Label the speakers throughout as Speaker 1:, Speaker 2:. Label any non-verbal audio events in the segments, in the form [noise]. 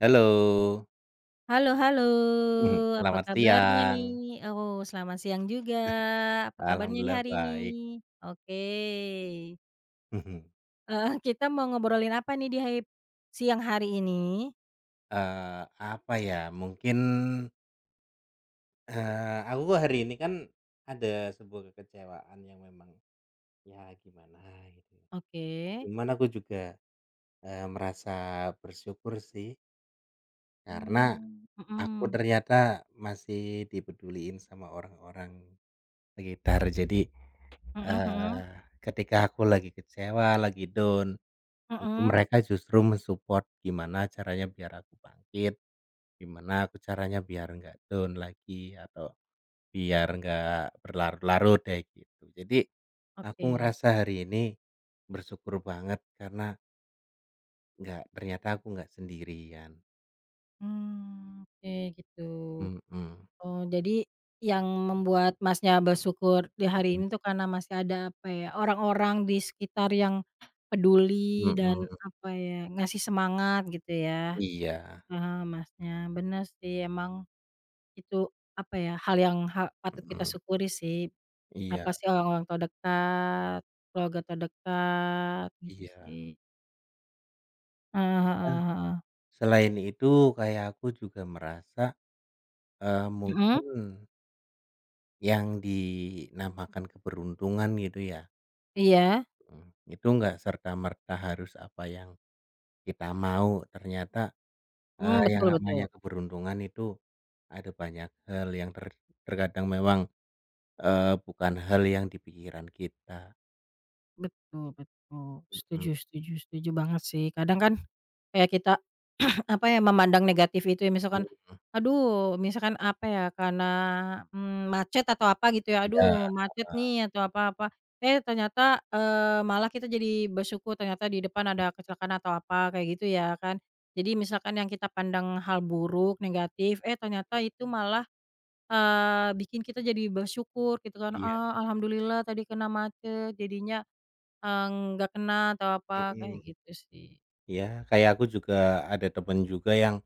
Speaker 1: Halo.
Speaker 2: Halo halo,
Speaker 1: Mhm.
Speaker 2: apa
Speaker 1: Selamat
Speaker 2: kabarnya
Speaker 1: siang.
Speaker 2: nih? Oh, selamat siang juga. Apa kabarnya nih
Speaker 1: Alhamdulillah,
Speaker 2: hari ini?
Speaker 1: baik.
Speaker 2: Oke.
Speaker 1: Mhm.
Speaker 2: Heeh, kita mau ngobrolin apa nih di siang hari ini?
Speaker 1: Apa ya, mungkin, aku hari ini kan ada sebuah kekecewaan yang memang, ya gimana gitu ya.
Speaker 2: Oke.
Speaker 1: Cuman aku juga, merasa bersyukur sih, karena
Speaker 2: Mmm,
Speaker 1: aku
Speaker 2: mhm,
Speaker 1: ternyata masih dipeduliin sama orang-orang sekitar. Jadi,
Speaker 2: mhm mhm,
Speaker 1: eee, ketika aku lagi kecewa, lagi down, itu
Speaker 2: mhm,
Speaker 1: mereka justru mensupport gimana caranya biar aku bangkit, gimana aku caranya biar nggak down lagi, atau biar nggak berlarut-larut deh gitu. Jadi aku
Speaker 2: oke.
Speaker 1: ngerasa hari ini bersyukur banget karena nggak ternyata aku nggak sendirian.
Speaker 2: Mmm, oke gitu.
Speaker 1: Mhm, mhm,
Speaker 2: Oh, jadi yang membuat Masnya bersyukur di hari ini tuh karena masih ada, apa ya, orang-orang di sekitar yang peduli
Speaker 1: mhm,
Speaker 2: dan, apa ya, ngasih semangat gitu ya?
Speaker 1: iya,
Speaker 2: Paham Masnya, bener sih emang itu, apa ya, hal yang patut kita
Speaker 1: mhm,
Speaker 2: syukuri sih,
Speaker 1: iya,
Speaker 2: apa sih orang-orang terdekat, keluarga terdekat, gitu
Speaker 1: iya.
Speaker 2: sih. Heeh
Speaker 1: Nah,
Speaker 2: heeh heeh.
Speaker 1: selain itu kayak aku juga merasa,
Speaker 2: Mhm,
Speaker 1: mungkin yang dinamakan keberuntungan gitu ya.
Speaker 2: iya,
Speaker 1: Itu nggak serta-merta harus apa yang kita mau, ternyata,
Speaker 2: mmm,
Speaker 1: yang
Speaker 2: betul betul.
Speaker 1: Namanya keberuntungan itu ada banyak hal yang terkadang memang, bukan hal yang di pikiran kita.
Speaker 2: Betul betul,
Speaker 1: Mhm,
Speaker 2: setuju setuju setuju banget sih. Kadang kan kayak kita, [clears throat] apa ya, memandang negatif itu ya misalkan,
Speaker 1: mmm,
Speaker 2: aduh misalkan apa ya, karena, macet atau apa gitu ya,
Speaker 1: iya,
Speaker 2: aduh macet nih atau apa-apa, eh ternyata, malah kita jadi bersyukur ternyata di depan ada kecelakaan atau apa kayak gitu ya kan. Jadi misalkan yang kita pandang hal buruk, negatif, eh ternyata itu malah, bikin kita jadi bersyukur gitu kan,
Speaker 1: iya,
Speaker 2: "Ah alhamdulillah tadi kena macet jadinya, eee, nggak kena," atau apa kayak
Speaker 1: mhm,
Speaker 2: gitu sih.
Speaker 1: iya. Kayak aku juga ada temen juga yang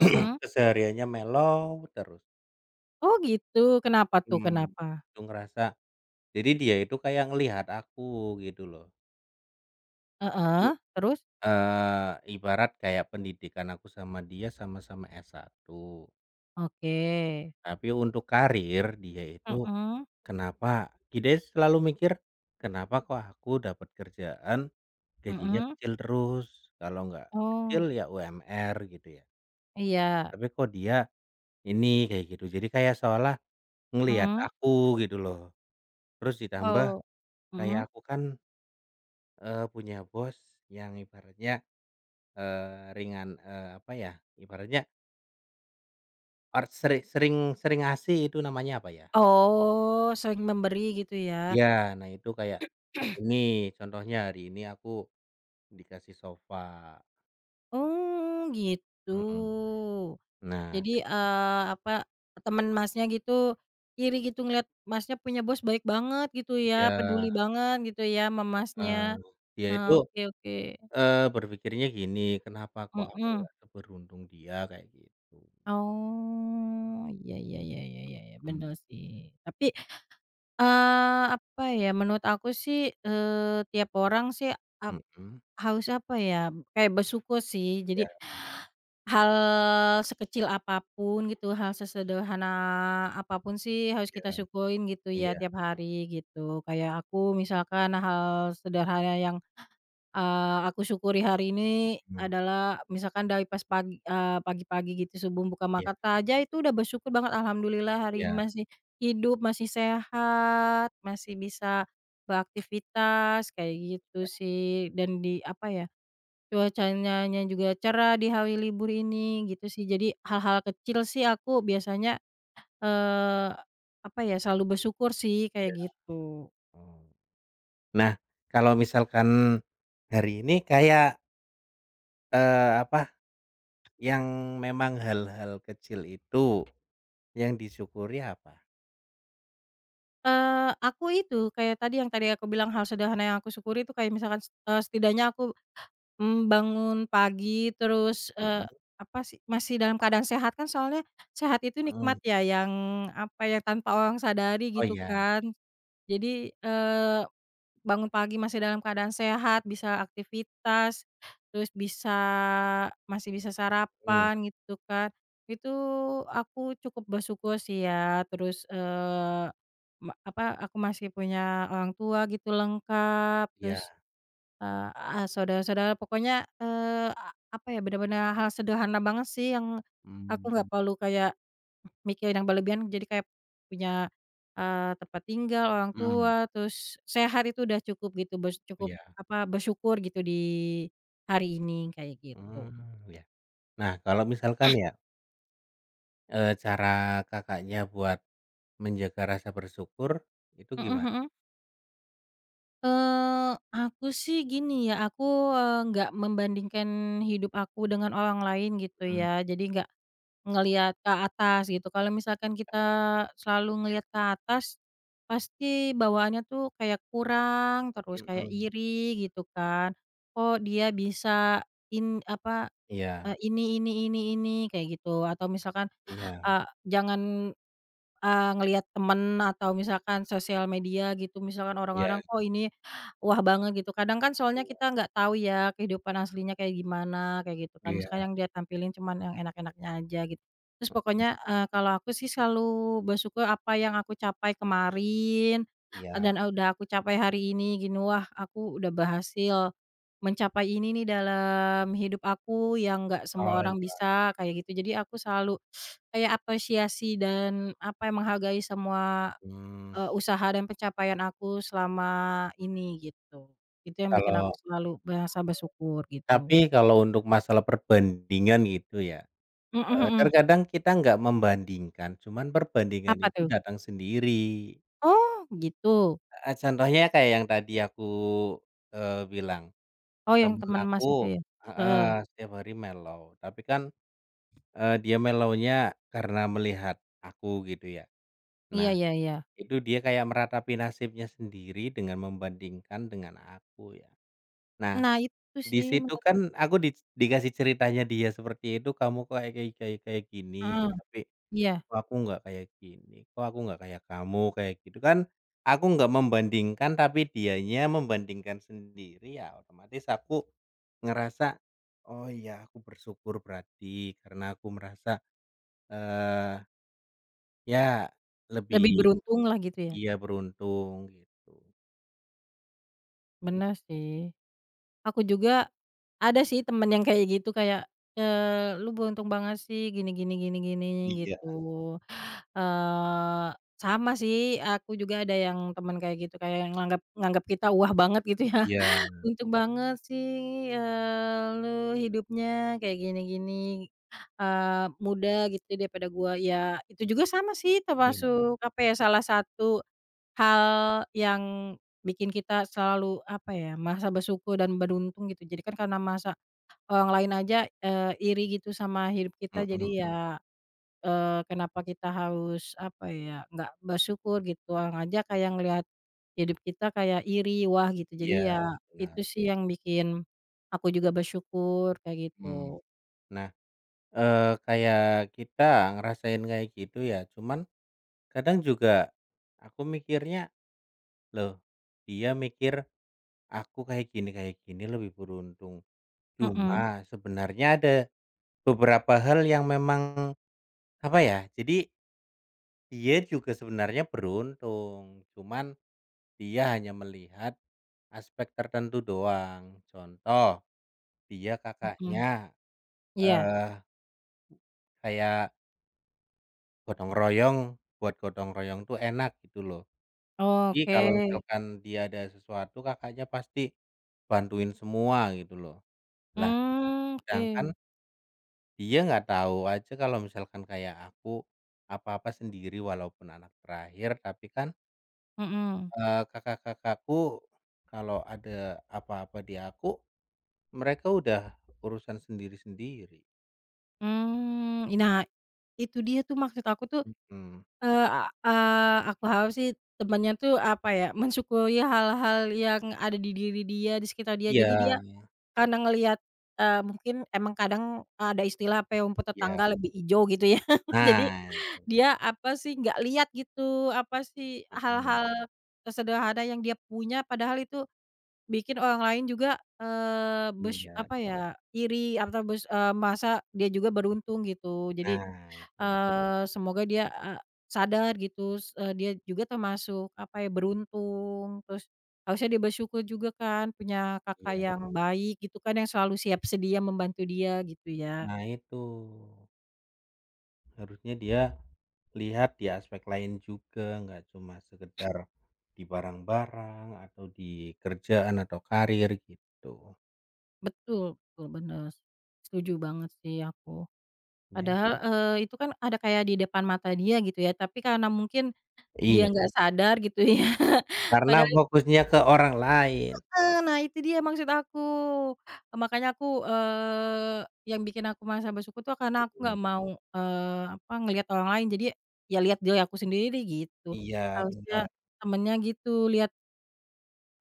Speaker 2: Mhm.
Speaker 1: kesehariannya mellow terus.
Speaker 2: Oh gitu, kenapa tuh,
Speaker 1: mmm,
Speaker 2: kenapa?
Speaker 1: itu ngerasa jadi dia itu kayak ngelihat aku gitu loh, jadi
Speaker 2: Heeh, terus?
Speaker 1: Ibarat kayak pendidikan aku sama dia sama-sama satu.
Speaker 2: Oke.
Speaker 1: Tapi untuk karir dia itu
Speaker 2: Mhm
Speaker 1: kenapa kita selalu mikir, "Kenapa kok aku dapat kerjaan gajinya
Speaker 2: mhm.
Speaker 1: kecil terus, kalau nggak kecil
Speaker 2: Oh,
Speaker 1: ya UMR," gitu ya,
Speaker 2: iya.
Speaker 1: "tapi kok dia ini," kayak gitu. Jadi kayak seolah ngelihat
Speaker 2: Mhm.
Speaker 1: aku gitu loh. Terus ditambah
Speaker 2: Oh.
Speaker 1: kayak
Speaker 2: Mhm.
Speaker 1: aku kan, punya bos yang ibaratnya, ringan, apa ya, ibaratnya Or seri sering sering ASI itu namanya apa ya?
Speaker 2: Oh, sering memberi gitu ya?
Speaker 1: Iya, nah itu kayak ini contohnya hari ini aku dikasih sofa.
Speaker 2: Oh, gitu.
Speaker 1: Mhm. Nah,
Speaker 2: Jadi, apa, temen Masnya gitu iri gitu ngelihat Masnya punya bos baik banget gitu ya,
Speaker 1: ketiga
Speaker 2: peduli banget gitu ya sama Masnya.
Speaker 1: heeh, dia itu,
Speaker 2: Nah, oke oke.
Speaker 1: berpikirnya gini, "Kenapa kok aku
Speaker 2: Mhm.
Speaker 1: nggak seberuntung dia?" Kayak gitu.
Speaker 2: Oh, iya iya iya iya iya iya, bener
Speaker 1: Mmm,
Speaker 2: sih. Tapi, apa ya, menurut aku sih, tiap orang sih ap
Speaker 1: mhm,
Speaker 2: harus apa ya, kayak bersyukur sih. Jadi,
Speaker 1: iya,
Speaker 2: hal sekecil apa pun gitu, hal sesederhana apa pun sih harus kita
Speaker 1: iya,
Speaker 2: syukurin gitu ya
Speaker 1: iya,
Speaker 2: tiap hari gitu. Kayak aku misalkan hal sederhana yang aku syukuri hari ini
Speaker 1: mmm,
Speaker 2: adalah misalkan dari pas pagi-pagi gitu subuh buka
Speaker 1: iya,
Speaker 2: mata aja itu udah bersyukur banget alhamdulillah hari ini
Speaker 1: iya,
Speaker 2: masih hidup, masih sehat, masih bisa beraktivitas kayak gitu sih dan di apa ya, cuacanya juga cerah di hari libur ini gitu sih. Jadi hal-hal kecil sih aku biasanya, eee, apa ya, selalu bersyukur sih kayak
Speaker 1: iya,
Speaker 2: gitu.
Speaker 1: mmm. Nah kalau misalkan hari ini kayak, apa, yang memang hal-hal kecil itu yang disyukuri apa?
Speaker 2: Aku itu, kayak tadi yang tadi aku bilang hal sederhana yang aku syukuri itu kayak misalkan, setidaknya aku, bangun pagi terus,
Speaker 1: Mhm,
Speaker 2: apa sih, masih dalam keadaan sehat kan soalnya sehat itu
Speaker 1: mhm.
Speaker 2: nikmat ya yang, apa ya, tanpa orang sadari
Speaker 1: Oh
Speaker 2: gitu
Speaker 1: ya,
Speaker 2: kan. Jadi, bangun pagi masih dalam keadaan sehat, bisa aktivitas, terus masih bisa
Speaker 1: mhm,
Speaker 2: sarapan gitu kan. Itu aku cukup bersyukur sih ya, terus, aku masih punya orang tua gitu lengkap,
Speaker 1: iya,
Speaker 2: terus, eee, a saudara-saudara pokoknya, eee, a apa ya, benar-benar hal sederhana banget sih yang aku nggak
Speaker 1: mmm,
Speaker 2: perlu kayak mikirin yang berlebihan jadi kayak punya, tempat tinggal, orang
Speaker 1: mhm,
Speaker 2: tua, terus sehat itu udah cukup gitu, cukup
Speaker 1: iya,
Speaker 2: apa, bersyukur gitu di hari ini, kayak gitu.
Speaker 1: mmm, iya. Nah kalau misalkan ya, cara Kakaknya buat menjaga rasa bersyukur itu
Speaker 2: Mhm
Speaker 1: gimana?
Speaker 2: mhm. Aku sih gini ya, aku, nggak membandingkan hidup aku dengan orang lain gitu
Speaker 1: Mmm,
Speaker 2: ya, jadi nggak ngelihat ke atas gitu, kalau misalkan kita selalu ngelihat ke atas, pasti bawaannya tuh kayak kurang terus, kayak
Speaker 1: mhm,
Speaker 2: iri gitu kan. Kok dia bisa in apa,
Speaker 1: iya,
Speaker 2: ini, kayak gitu. Atau misalkan,
Speaker 1: iya,
Speaker 2: jangan ngelihat temen atau misalkan sosial media gitu, misalkan
Speaker 1: iya,
Speaker 2: orang-orang, "Kok ini wah banget," gitu. Kadang kan soalnya kita
Speaker 1: iya,
Speaker 2: nggak tahu ya kehidupan aslinya kayak gimana, kayak gitu kan.
Speaker 1: iya,
Speaker 2: Misalkan yang dia tampilin cuman yang enak-enaknya aja gitu. Terus pokoknya, kalau aku sih selalu bersyukur apa yang aku capai kemarin,
Speaker 1: iya,
Speaker 2: dan udah aku capai hari ini gini, "Wah aku udah berhasil mencapai ini nih dalam hidup aku yang nggak semua
Speaker 1: oh
Speaker 2: orang
Speaker 1: iya,
Speaker 2: bisa," kayak gitu. Jadi aku selalu kayak apresiasi dan apa, menghargai semua,
Speaker 1: mmm,
Speaker 2: usaha dan pencapaian aku selama ini gitu. Itu yang bikin
Speaker 1: kalau
Speaker 2: aku selalu merasa bersyukur gitu.
Speaker 1: tapi kalau untuk masalah perbandingan gitu ya,
Speaker 2: Mhm mhm.
Speaker 1: terkadang kita nggak membandingkan, cuman perbandingan
Speaker 2: Apa
Speaker 1: itu
Speaker 2: tuh?
Speaker 1: datang sendiri.
Speaker 2: Oh gitu.
Speaker 1: Heeh, contohnya kayak yang tadi aku, bilang,
Speaker 2: Oh yang
Speaker 1: temen
Speaker 2: teman Mas itu
Speaker 1: aku
Speaker 2: ya? Heeh.
Speaker 1: heeh, setiap hari melo, tapi kan, dia melonya karena melihat aku gitu ya.
Speaker 2: Iya
Speaker 1: Nah,
Speaker 2: iya iya.
Speaker 1: itu dia kayak meratapi nasibnya sendiri dengan membandingkan dengan aku ya. Nah,
Speaker 2: Nah itu
Speaker 1: di
Speaker 2: sih
Speaker 1: situ
Speaker 2: menurut.
Speaker 1: kan aku dikasih ceritanya dia seperti itu, "Kamu kok kayak kayak kayak kayak
Speaker 2: Heeh,
Speaker 1: gini," tapi
Speaker 2: iya.
Speaker 1: kok aku nggak kayak gini, kok aku nggak kayak kamu, kayak gitu kan, aku nggak membandingkan tapi dianya membandingkan sendiri ya otomatis aku ngerasa, "Oh iya aku bersyukur berarti karena aku merasa, eh ya
Speaker 2: Lebih
Speaker 1: lebih."
Speaker 2: beruntunglah gitu ya.
Speaker 1: Iya, beruntung gitu.
Speaker 2: Bener sih. Aku juga ada sih temen yang kayak gitu kayak, "Lu beruntung banget sih gini gini gini gini,"
Speaker 1: Iya,
Speaker 2: gitu. Eee, sama sih, aku juga ada yang temen kayak gitu, kayak yang nganggap nganggap kita wah banget gitu ya,
Speaker 1: iya,
Speaker 2: [laughs] "Untung banget sih, lu hidupnya kayak gini-gini, muda gitu daripada gua." Ya itu juga sama sih
Speaker 1: iya,
Speaker 2: termasuk apa ya, salah satu hal yang bikin kita selalu apa ya, merasa bersyukur dan beruntung gitu. Jadi kan karena masa orang lain aja, iri gitu sama hidup kita, jadi
Speaker 1: mhm,
Speaker 2: ya kenapa kita harus apa ya, nggak bersyukur gitu, orang aja kayak ngelihat hidup kita kayak iri, wah gitu.
Speaker 1: iya,
Speaker 2: Jadi ya
Speaker 1: benar,
Speaker 2: itu sih yang bikin aku juga bersyukur kayak
Speaker 1: mmm.
Speaker 2: gitu.
Speaker 1: Nah, eh kayak kita ngerasain kayak gitu ya, cuman kadang juga aku mikirnya loh, dia mikir aku kayak gini lebih beruntung.
Speaker 2: Mhm
Speaker 1: Cuma sebenarnya ada beberapa hal yang memang, apa ya, jadi dia juga sebenarnya beruntung, cuman dia hanya melihat aspek tertentu doang. Contoh, dia
Speaker 2: mhm.
Speaker 1: kakaknya,
Speaker 2: Iya.
Speaker 1: eee, kayak gotong royong, buat gotong royong tuh enak gitu loh. Jadi
Speaker 2: Oke.
Speaker 1: kalau misalkan dia ada sesuatu kakaknya pasti bantuin semua gitu loh. Lah
Speaker 2: Mmm, oke.
Speaker 1: sedangkan dia nggak tahu aja kalau misalkan kayak aku apa-apa sendiri walaupun anak terakhir, tapi kan,
Speaker 2: Mhm.
Speaker 1: kakak-kakakku kalau ada apa-apa di aku, mereka udah urusan sendiri-sendiri.
Speaker 2: Mmm, nah itu dia tuh maksud aku tuh,
Speaker 1: Mhm.
Speaker 2: eee, a aku harap sih temennya tuh apa ya, mensyukuri hal-hal yang ada di diri dia, di sekitar dia.
Speaker 1: Iya,
Speaker 2: Jadi dia karena ngelihat, mungkin emang kadang ada istilah apa ya, rumput
Speaker 1: iya.
Speaker 2: tetangga lebih hijau gitu ya. [laughs] Jadi
Speaker 1: Nah itu,
Speaker 2: dia apa sih, nggak lihat gitu, apa sih,
Speaker 1: mhm,
Speaker 2: hal-hal sesederhana yang dia punya padahal itu bikin orang lain juga, eee, besy
Speaker 1: iya.
Speaker 2: apa ya, iri atau merasa dia juga beruntung gitu. Jadi
Speaker 1: Nah itu,
Speaker 2: Semoga dia, sadar gitu, dia juga termasuk apa ya, beruntung, terus harusnya dia bersyukur juga kan punya kakak
Speaker 1: iya.
Speaker 2: yang baik gitu kan, yang selalu siap sedia membantu dia gitu ya.
Speaker 1: Nah itu. Harusnya dia lihat di aspek lain juga, nggak cuma sekedar di barang-barang atau di kerjaan atau karir gitu,
Speaker 2: Betul betul, bener. Setuju banget sih aku.
Speaker 1: ya.
Speaker 2: Padahal, itu kan ada kayak di depan mata dia gitu ya, tapi karena mungkin dia
Speaker 1: Iya,
Speaker 2: nggak sadar gitu ya, [laughs]
Speaker 1: karena
Speaker 2: padahal.
Speaker 1: fokusnya ke orang lain.
Speaker 2: Heeh, nah itu dia maksud aku. Makanya aku, yang bikin aku merasa bersyukur tuh karena aku
Speaker 1: Mmm,
Speaker 2: nggak mau, apa, ngelihat orang lain. Jadi, ya lihat diri aku sendiri gitu.
Speaker 1: iya, benar.
Speaker 2: Harusnya temennya gitu, lihat,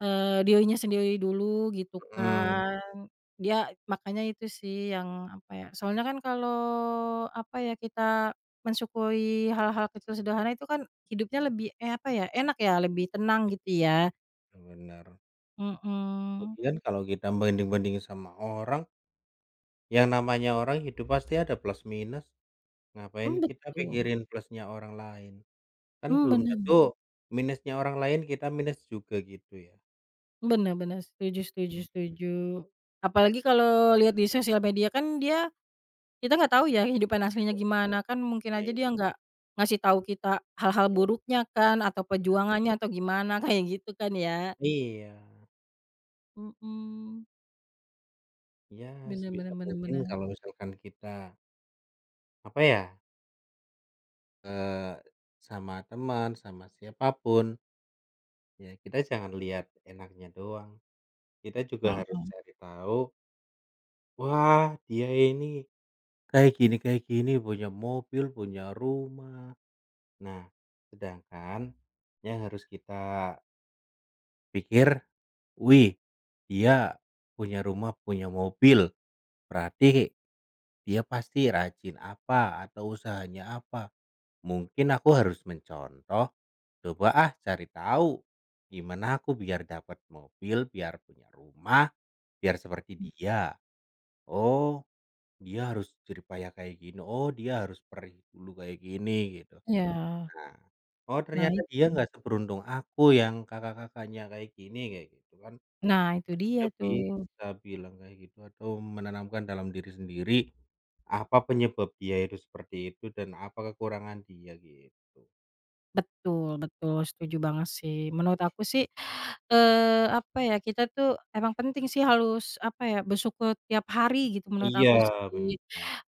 Speaker 2: dirinya sendiri dulu gitu
Speaker 1: Mhm,
Speaker 2: kan. Dia makanya itu sih yang, apa ya, soalnya kan kalau, apa ya, kita mensyukuri hal-hal kecil sederhana itu kan hidupnya lebih, eh, apa ya, enak ya, lebih tenang gitu ya.
Speaker 1: iya, bener.
Speaker 2: Mhm,
Speaker 1: Lagian kalau kita banding-bandingin sama orang, yang namanya orang hidup pasti ada plus minus, ngapain
Speaker 2: mmm,
Speaker 1: kita
Speaker 2: betul.
Speaker 1: pikirin plusnya orang lain? Kan
Speaker 2: Mmm,
Speaker 1: belum
Speaker 2: bener
Speaker 1: tentu minusnya orang lain kita minus juga gitu ya.
Speaker 2: bener bener, setuju setuju
Speaker 1: Mmm.
Speaker 2: setuju. Apalagi kalau lihat di sosial media kan kita nggak tahu ya kehidupan aslinya gimana, kan mungkin
Speaker 1: Nah
Speaker 2: aja dia
Speaker 1: itu,
Speaker 2: nggak ngasih tahu kita hal-hal
Speaker 1: iya.
Speaker 2: buruknya kan, atau perjuangannya atau gimana, [laughs] kayak gitu kan ya.
Speaker 1: Iya.
Speaker 2: Mhm,
Speaker 1: Ya
Speaker 2: bener bener
Speaker 1: sebisa
Speaker 2: bener
Speaker 1: mungkin kalau
Speaker 2: bener.
Speaker 1: misalkan kita, apa ya, eee, sama teman, sama siapa pun, ya kita jangan lihat enaknya doang. Kita juga harus
Speaker 2: Mhm,
Speaker 1: cari tahu, wah dia ini kayak gini, punya mobil, punya rumah. Nah, sedangkan yang harus kita pikir, "Wih, dia punya rumah, punya mobil, berarti dia pasti rajin apa atau usahanya apa. Mungkin aku harus mencontoh, coba ah cari tahu gimana aku biar dapat mobil, biar punya rumah, biar seperti dia. Oh, dia harus jeripaya kayak gini. Oh, dia harus perih dulu kayak gini gitu.
Speaker 2: iya.
Speaker 1: Nah, oh
Speaker 2: Nah
Speaker 1: ternyata
Speaker 2: itu
Speaker 1: dia nggak seberuntung aku yang kakak-kakaknya kayak gini kayak gitu kan.
Speaker 2: nah itu dia
Speaker 1: Dia
Speaker 2: tuh.
Speaker 1: bisa bilang kayak gitu atau menanamkan dalam diri sendiri apa penyebab dia itu seperti itu dan apa kekurangan dia gitu."
Speaker 2: Betul betul, setuju banget sih. Menurut aku sih, apa ya, kita tuh emang penting sih harus, apa ya, bersyukur tiap hari gitu menurut
Speaker 1: Iya,
Speaker 2: aku sih.
Speaker 1: benar.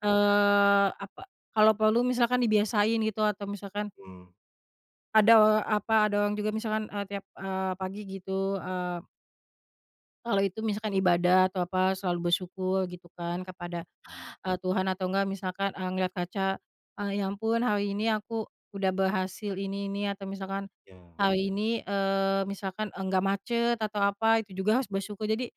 Speaker 2: Apa, kalau perlu misalkan dibiasain gitu atau misalkan
Speaker 1: Mhm,
Speaker 2: ada, apa, ada orang juga misalkan, tiap, pagi gitu, kalau itu misalkan ibadah atau apa, selalu bersyukur gitu kan kepada
Speaker 1: nah,
Speaker 2: Tuhan atau enggak misalkan, ngelihat kaca, "Ya ampun hari ini aku udah berhasil ini," atau misalkan,
Speaker 1: iya,
Speaker 2: "Hari ini," misalkan, "nggak macet," atau apa, itu juga harus bersyukur. Jadi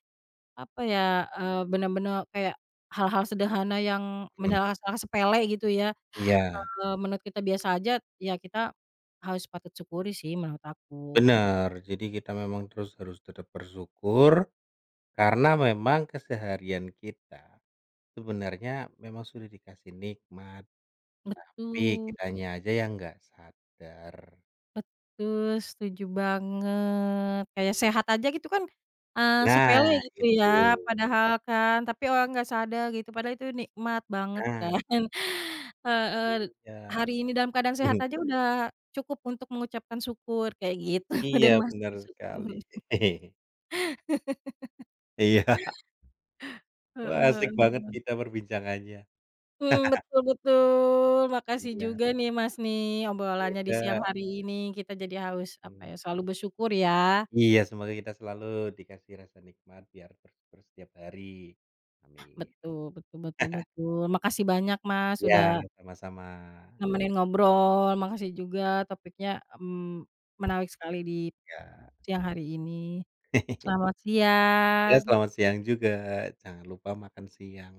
Speaker 2: apa ya, benar bener kayak hal-hal sederhana yang
Speaker 1: mhm,
Speaker 2: menurut kita sepele gitu ya,
Speaker 1: iya,
Speaker 2: menurut kita biasa aja, ya kita harus patut syukuri sih menurut aku, gitu.
Speaker 1: benar. Jadi kita memang terus harus tetap bersyukur karena memang keseharian kita sebenarnya memang sudah dikasih nikmat, tapi
Speaker 2: Betul.
Speaker 1: kitanya aja yang nggak sadar.
Speaker 2: Betul, setuju banget. Kayak sehat aja gitu kan, sepele
Speaker 1: Nah
Speaker 2: gitu ya,
Speaker 1: itu,
Speaker 2: padahal kan, tapi orang nggak sadar gitu, padahal itu nikmat banget
Speaker 1: nah
Speaker 2: kan. [laughs] Heeh,
Speaker 1: iya,
Speaker 2: hari ini dalam keadaan sehat aja
Speaker 1: [laughs]
Speaker 2: udah cukup untuk mengucapkan syukur, kayak gitu, [laughs]
Speaker 1: iya
Speaker 2: dan masa
Speaker 1: benar sekali.
Speaker 2: bersyukur.
Speaker 1: [laughs] Iya,
Speaker 2: Heeh
Speaker 1: wah asik banget
Speaker 2: heeh.
Speaker 1: kita perbincangannya.
Speaker 2: Mmm, betul betul. Makasih
Speaker 1: Iya,
Speaker 2: juga nih Mas nih, obrolannya di siang
Speaker 1: semoga
Speaker 2: hari ini, kita jadi harus,
Speaker 1: mmm,
Speaker 2: apa ya, selalu bersyukur ya.
Speaker 1: iya, semoga kita selalu dikasih rasa nikmat biar bersyukur setiap hari. Amin.
Speaker 2: Betul betul betul betul. Makasih banyak, Mas,
Speaker 1: Iya,
Speaker 2: sudah
Speaker 1: sama-sama,
Speaker 2: nemenin ngobrol, makasih juga topiknya, mmm, menarik sekali di
Speaker 1: Kak. Ya.
Speaker 2: siang hari ini. Selamat
Speaker 1: Ya,
Speaker 2: siang.
Speaker 1: selamat siang juga, jangan lupa makan siang.